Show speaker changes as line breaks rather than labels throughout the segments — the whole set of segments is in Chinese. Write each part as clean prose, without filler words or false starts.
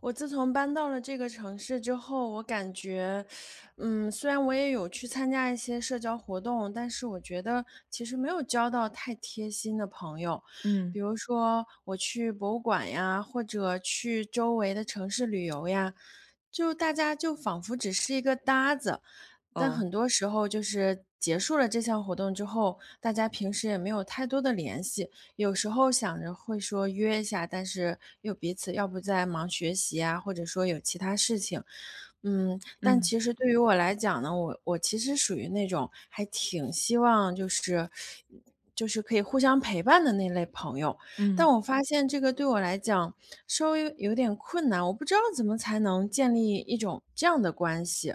我自从搬到了这个城市之后，我感觉，虽然我也有去参加一些社交活动，但是我觉得其实没有交到太贴心的朋友。比
嗯，
如说我去博物馆呀，或者去周围的城市旅游呀，就大家就仿佛只是一个搭子。但
哦，
很多时候就是结束了这项活动之后，大家平时也没有太多的联系，有时候想着会说约一下，但是又彼此要不在忙学习啊，或者说有其他事情，但
嗯，
其实对于我来讲呢，我其实属于那种还挺希望就是可以互相陪伴的那类朋友，但
嗯，
我发现这个对我来讲稍微有点困难，我不知道怎么才能建立一种这样的关系。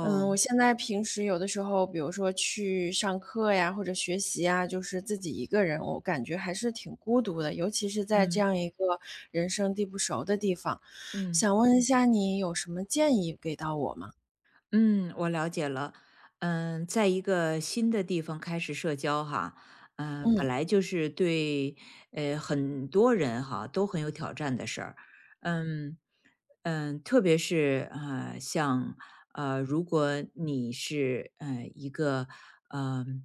我现在平时有的时候，比如说去上课呀，或者学习呀，就是自己一个人，我感觉还是挺孤独的，尤其是在这
嗯，
样一个人生地不熟的地方。
嗯，
想问一下你有什么建议给到我吗？
嗯，我了解了。在一个新的地方开始社交哈，本
嗯，
来就是对，很多人哈都很有挑战的事儿。嗯，特别是啊，像如果你是一个，嗯，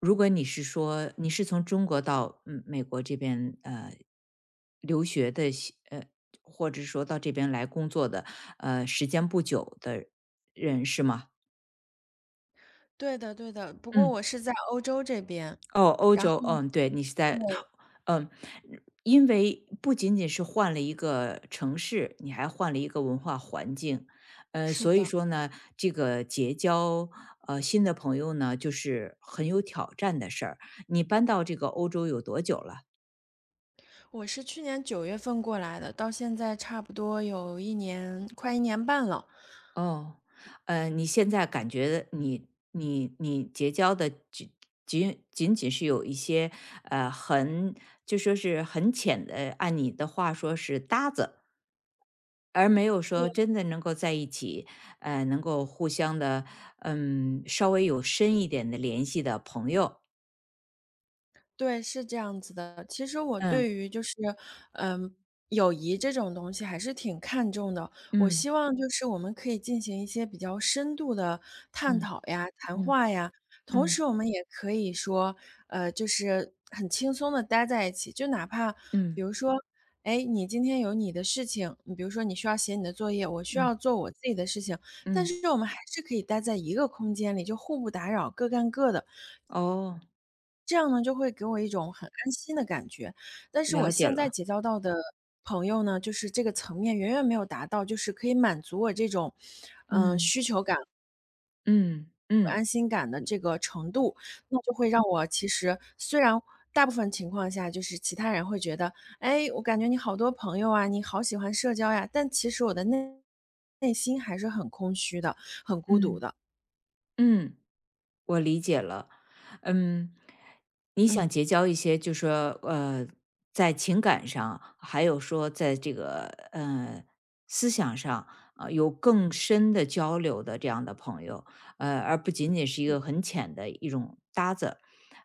如果你是说你是从中国到美国这边留学的西，或者说到这边来工作的，时间不久的人是吗？
对的对的，不过
嗯，
我是在欧洲这边，
哦，欧
然后
洲，嗯，对，你是在
对，
嗯，因为不仅仅是换了一个城市，你还换了一个文化环境，
是
所以
的，
说呢，这个结交新的朋友呢，就是很有挑战的事儿。你搬到这个欧洲有多久了？
我是去年9月份过来的，到现在差不多有一年，快一年半了。
哦，你现在感觉你结交的仅仅是有一些很就说是很浅的，按你的话说是搭子，而没有
对，
说真的能够在一起，能够互相的，稍微有深一点的联系的朋友。
对，是这样子的。其实我
嗯
对于就是，嗯，友谊这种东西还是挺看重的。我
嗯
希望就是我们可以进行一些比较深度的探
嗯
讨呀、谈
嗯
话呀，同
嗯
时我们也可以说，就是很轻松的待在一起，就哪怕
嗯
比如说，哎，你今天有你的事情，你比如说你需要写你的作业，我需
嗯
要做我自己的事情，但
嗯，
是我们还是可以待在一个空间里，就互不打扰，各干各的。
哦，
这样呢，就会给我一种很安心的感觉。但是我
了解
现在
了，
结交到的朋友呢，就是这个层面远远没有达到，就是可以满足我这种，
嗯
需求感
嗯
和
嗯
安心感的这个程度。那就会让我其实虽然大部分情况下，就是其他人会觉得，哎，我感觉你好多朋友啊，你好喜欢社交呀，但其实我的内心还是很空虚的，很孤独
嗯
的。
嗯。我理解了，嗯，你
嗯，
想结交一些，就说在情感上，还有说在这个呃思想上，有更深的交流的这样的朋友，而不仅仅是一个很浅的一种搭子。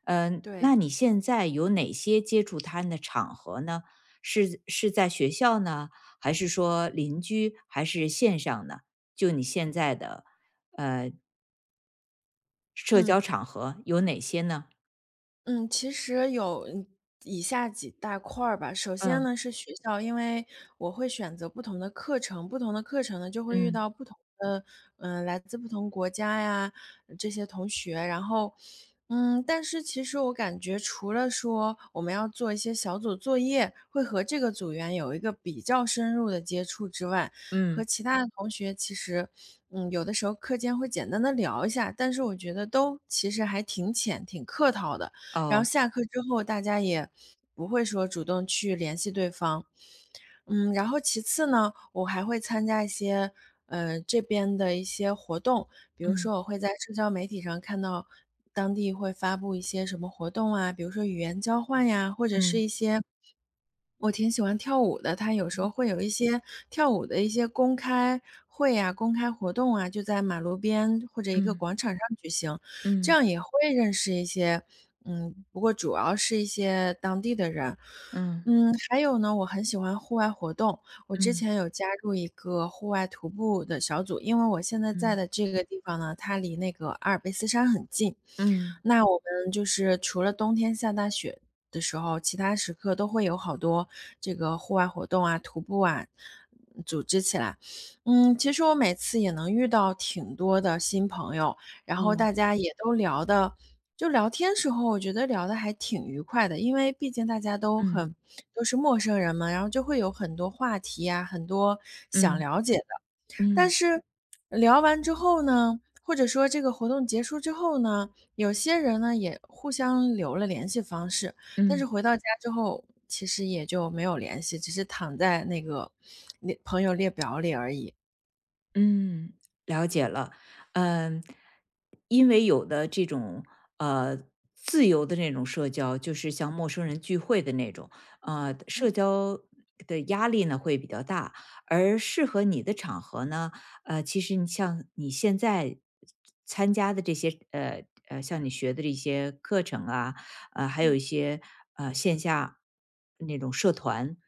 嗯、那
对。
你现在有哪些接触他人的场合呢？是是在学校呢，还是说邻居，还是线上呢？就你现在的社
嗯。
交场合有哪些呢？
嗯，其实有以下几大块儿吧。首先
嗯。
呢是学校，因为我会选择不同的课程，不同的课程呢就会遇
嗯，
到不同的，来自不同国家呀这些同学。然后，但是其实我感觉除了说我们要做一些小组作业，会和这个组员有一个比较深入的接触之外，和
嗯，
其他的同学其实，有的时候课间会简单的聊一下，但是我觉得都其实还挺浅，挺客套的。然后
哦，
下课之后，大家也不会说主动去联系对方，然后其次呢，我还会参加一些，这边的一些活动，比如
嗯，
说我会在社交媒体上看到当地会发布一些什么活动啊，比如说语言交换呀，或者是
嗯，
一些我挺喜欢跳舞的，他有时候会有一些跳舞的一些公开会啊、公开活动啊，就在马路边或者一个
嗯，
广场上举行，这
嗯，
样也会认识一些，不过主要是一些当地的人。
嗯，
还有呢，我很喜欢户外活动。我之
嗯，
前有加入一个户外徒步的小组，因为我现在在
嗯，
的这个地方呢，它离那个阿尔卑斯山很近。
嗯，
那我们就是除了冬天下大雪的时候，其他时刻都会有好多这个户外活动啊、徒步啊，组织起来。其实我每次也能遇到挺多的新朋友，然后
哦，
大家也都聊的，就聊天时候我觉得聊的还挺愉快的，因为毕竟大家
嗯，
都是陌生人嘛，然后就会有很多话题啊，很多想
嗯，
了解的。但
嗯，
是聊完之后呢，或者说这个活动结束之后呢，有些人呢也互相留了联系方式，但是
嗯。
回到家之后，其实也就没有联系，只是躺在那个列朋友列表里而已。
嗯，了解了。嗯，因为有的这种呃自由的那种社交，就是像陌生人聚会的那种，
嗯
社交的压力呢会比较大，而适合你的场合呢，其实你像你现在参加的这些像你学的这些课程啊，还有一
嗯
些线下那种社团，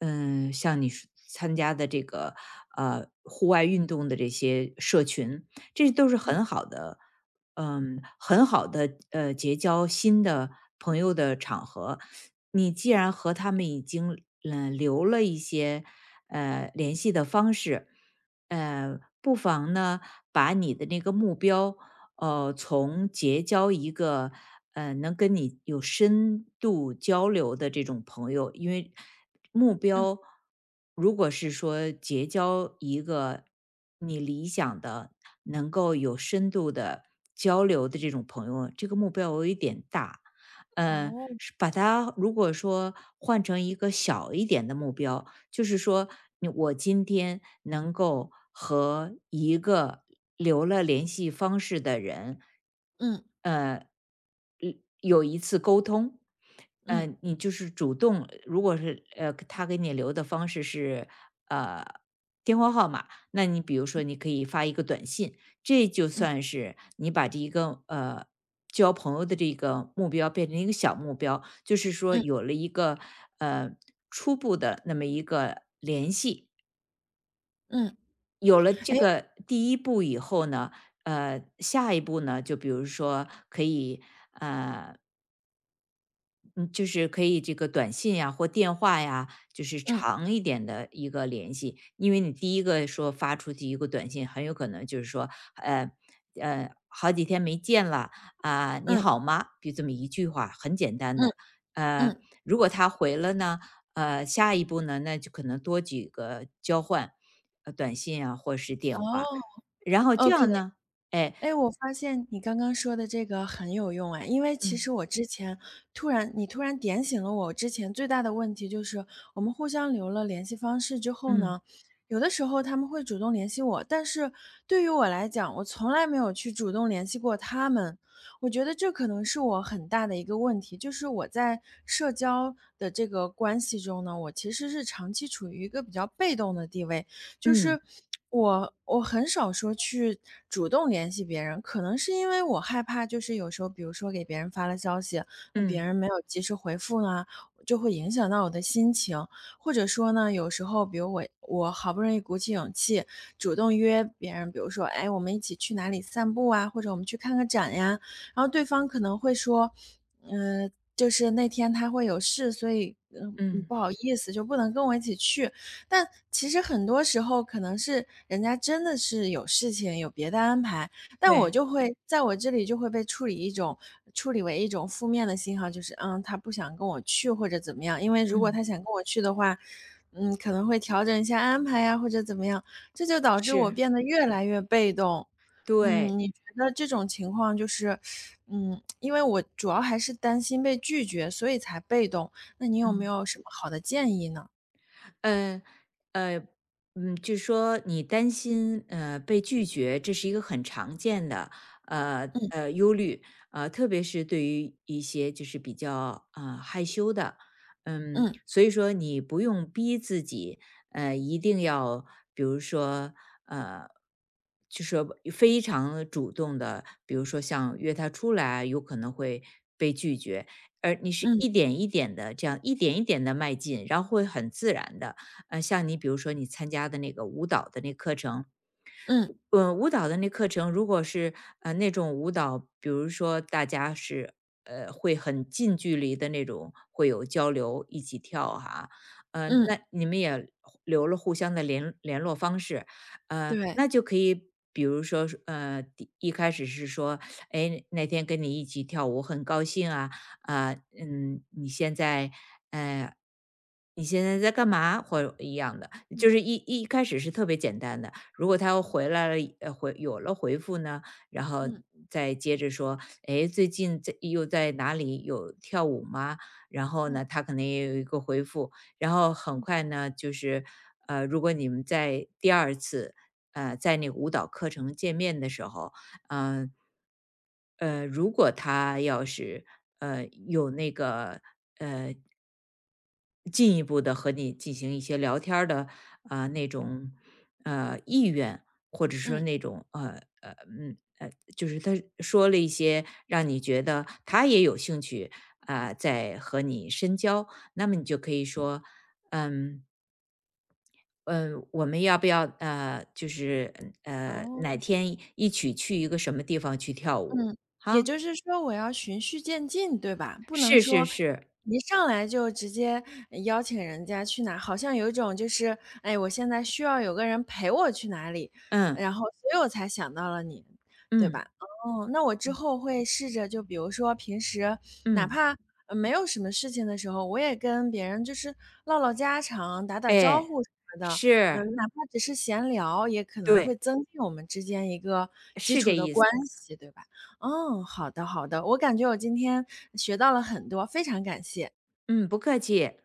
像你是参加的这个户外运动的这些社群，这都是
嗯
很好的，很好的结交新的朋友的场合。你既然和他们已经留了一些联系的方式，不妨呢把你的那个目标从结交一个能跟你有深度交流的这种朋友，因为目
嗯，
标如果是说结交一个你理想的、能够有深度的交流的这种朋友，这个目标有一点大。
哦，
是把它如果说换成一个小一点的目标，就是说，你我今天能够和一个留了联系方式的人，
嗯
呃，有一次沟通，
嗯
你就是主动，如果是他给你留的方式是呃电话号码，那你比如说你可以发一个短信，这就
嗯
算是你把这一个交朋友的这个目标变成一个小目标，就是说
嗯
有了一个呃初步的那么一个联系，
嗯，
有了这
哎，
个第一步以后呢，下一步呢，就比如说可以嗯，就是可以这个短信呀或电话呀，就是
嗯
长一点的一个联系。因为你第一个说发出去一个短信，很有可能就是说，呃好几天没见了啊、你
嗯
好吗？就这么一句话，很简单
嗯
的。呃，
嗯，
如果他回了呢，下一步呢，那就可能多几个交换，短信啊或是电话，
哦
然后这
，OK。
样呢，哎，
哎，我发现你刚刚说的这个很有用哎，因为其
嗯
实我之前你突然点醒了我之前最大的问题，就是我们互相留了联系方式之后
嗯
呢，有的时候他们会主动联系我，但是对于我来讲，我从来没有去主动联系过他们。我觉得这可能是我很大的一个问题，就是我在社交的这个关系中呢，我其实是长期处于一个比较被动的地位，就
嗯
是我很少说去主动联系别人，可能是因为我害怕，就是有时候比如说给别人发了消息，那别
嗯
人没有及时回复呢，就会影响到我的心情。或者说呢，有时候比如我好不容易鼓起勇气主动约别人，比如说，哎，我们一起去哪里散步啊，或者我们去看个展呀，然后对方可能会说，嗯、就是那天他会有事，所以
嗯，
不好意思，就不能跟我一起去。但其实很多时候可能是人家真的是有事情，有别的安排，但我
对，
就会在我这里就会被处理为一种负面的信号，就是他不想跟我去或者怎么样，因为如果
嗯，
他想跟我去的话，可能会调整一下安排呀，或者怎么样，这就导致我
是
变得越来越被动。
对。
你觉得这种情况就是，因为我主要还是担心被拒绝，所以才被动。那你有没
嗯，
有什么好的建议呢？
呃呃，嗯，据说你担心被拒绝，这是一个很常见的
嗯
忧虑，特别是对于一些就是比较害羞的，
嗯
所以说你不用逼自己，一定要比如说呃。就说非常主动的，比如说像约他出来，有可能会被拒绝，而你是
嗯。
一点一点的这样一点一点的迈进，然后会很自然的，像你比如说你参加的那个舞蹈的那课程，
嗯
舞蹈的那课程，如果是那种舞蹈，比如说大家是会很近距离的那种，会有交流，一起跳哈、那
嗯，
你们也互留了互相的联络方式，
对，
那就可以，比如说是第一开始是说，哎，那天跟你一起跳舞很高兴啊，啊、你现在呃。你现在在干嘛？或者一样的，就是一开始是特别简单的，如果他又回来了，回有了回复呢，然后
嗯
再接着说，哎，最近在又在哪里有跳舞吗？然后呢，
嗯
他可能也有一个回复，然后很
嗯
快呢，就是如果你们在第二次在那个舞蹈课程见面的时候，嗯如果他要是有那个进一步的和你进行一些聊天儿的，啊那种，意愿，或者说
嗯。
那种，就是他说了一些让你觉得他也有兴趣，啊，在和你深交，那么你就可以说，嗯，嗯，我们要不要，就是，哪
好。
天一起去一个什么地方去跳舞，
嗯，也
哈？
就是说我要循序渐进，对吧？不能
是是
说
是，
一上来就直接邀请人家去哪，好像有一种就是，哎，我现在需要有个人陪我去哪里，
嗯，
然后所以我才想到了你，对
嗯，
吧？哦，那我之后会试着就比如说平时哪
嗯，
怕没有什么事情的时候，我也跟别人就是唠唠家常、打打招
哎，
呼什么的，
是，
哪怕只是闲聊，也可能会
对，
增进我们之间一个基
是
础
这
的
意思。
关系，对吧？哦，好的好的，我感觉我今天学到了很多，非常感谢，
嗯，不客气，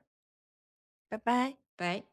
拜拜。
拜。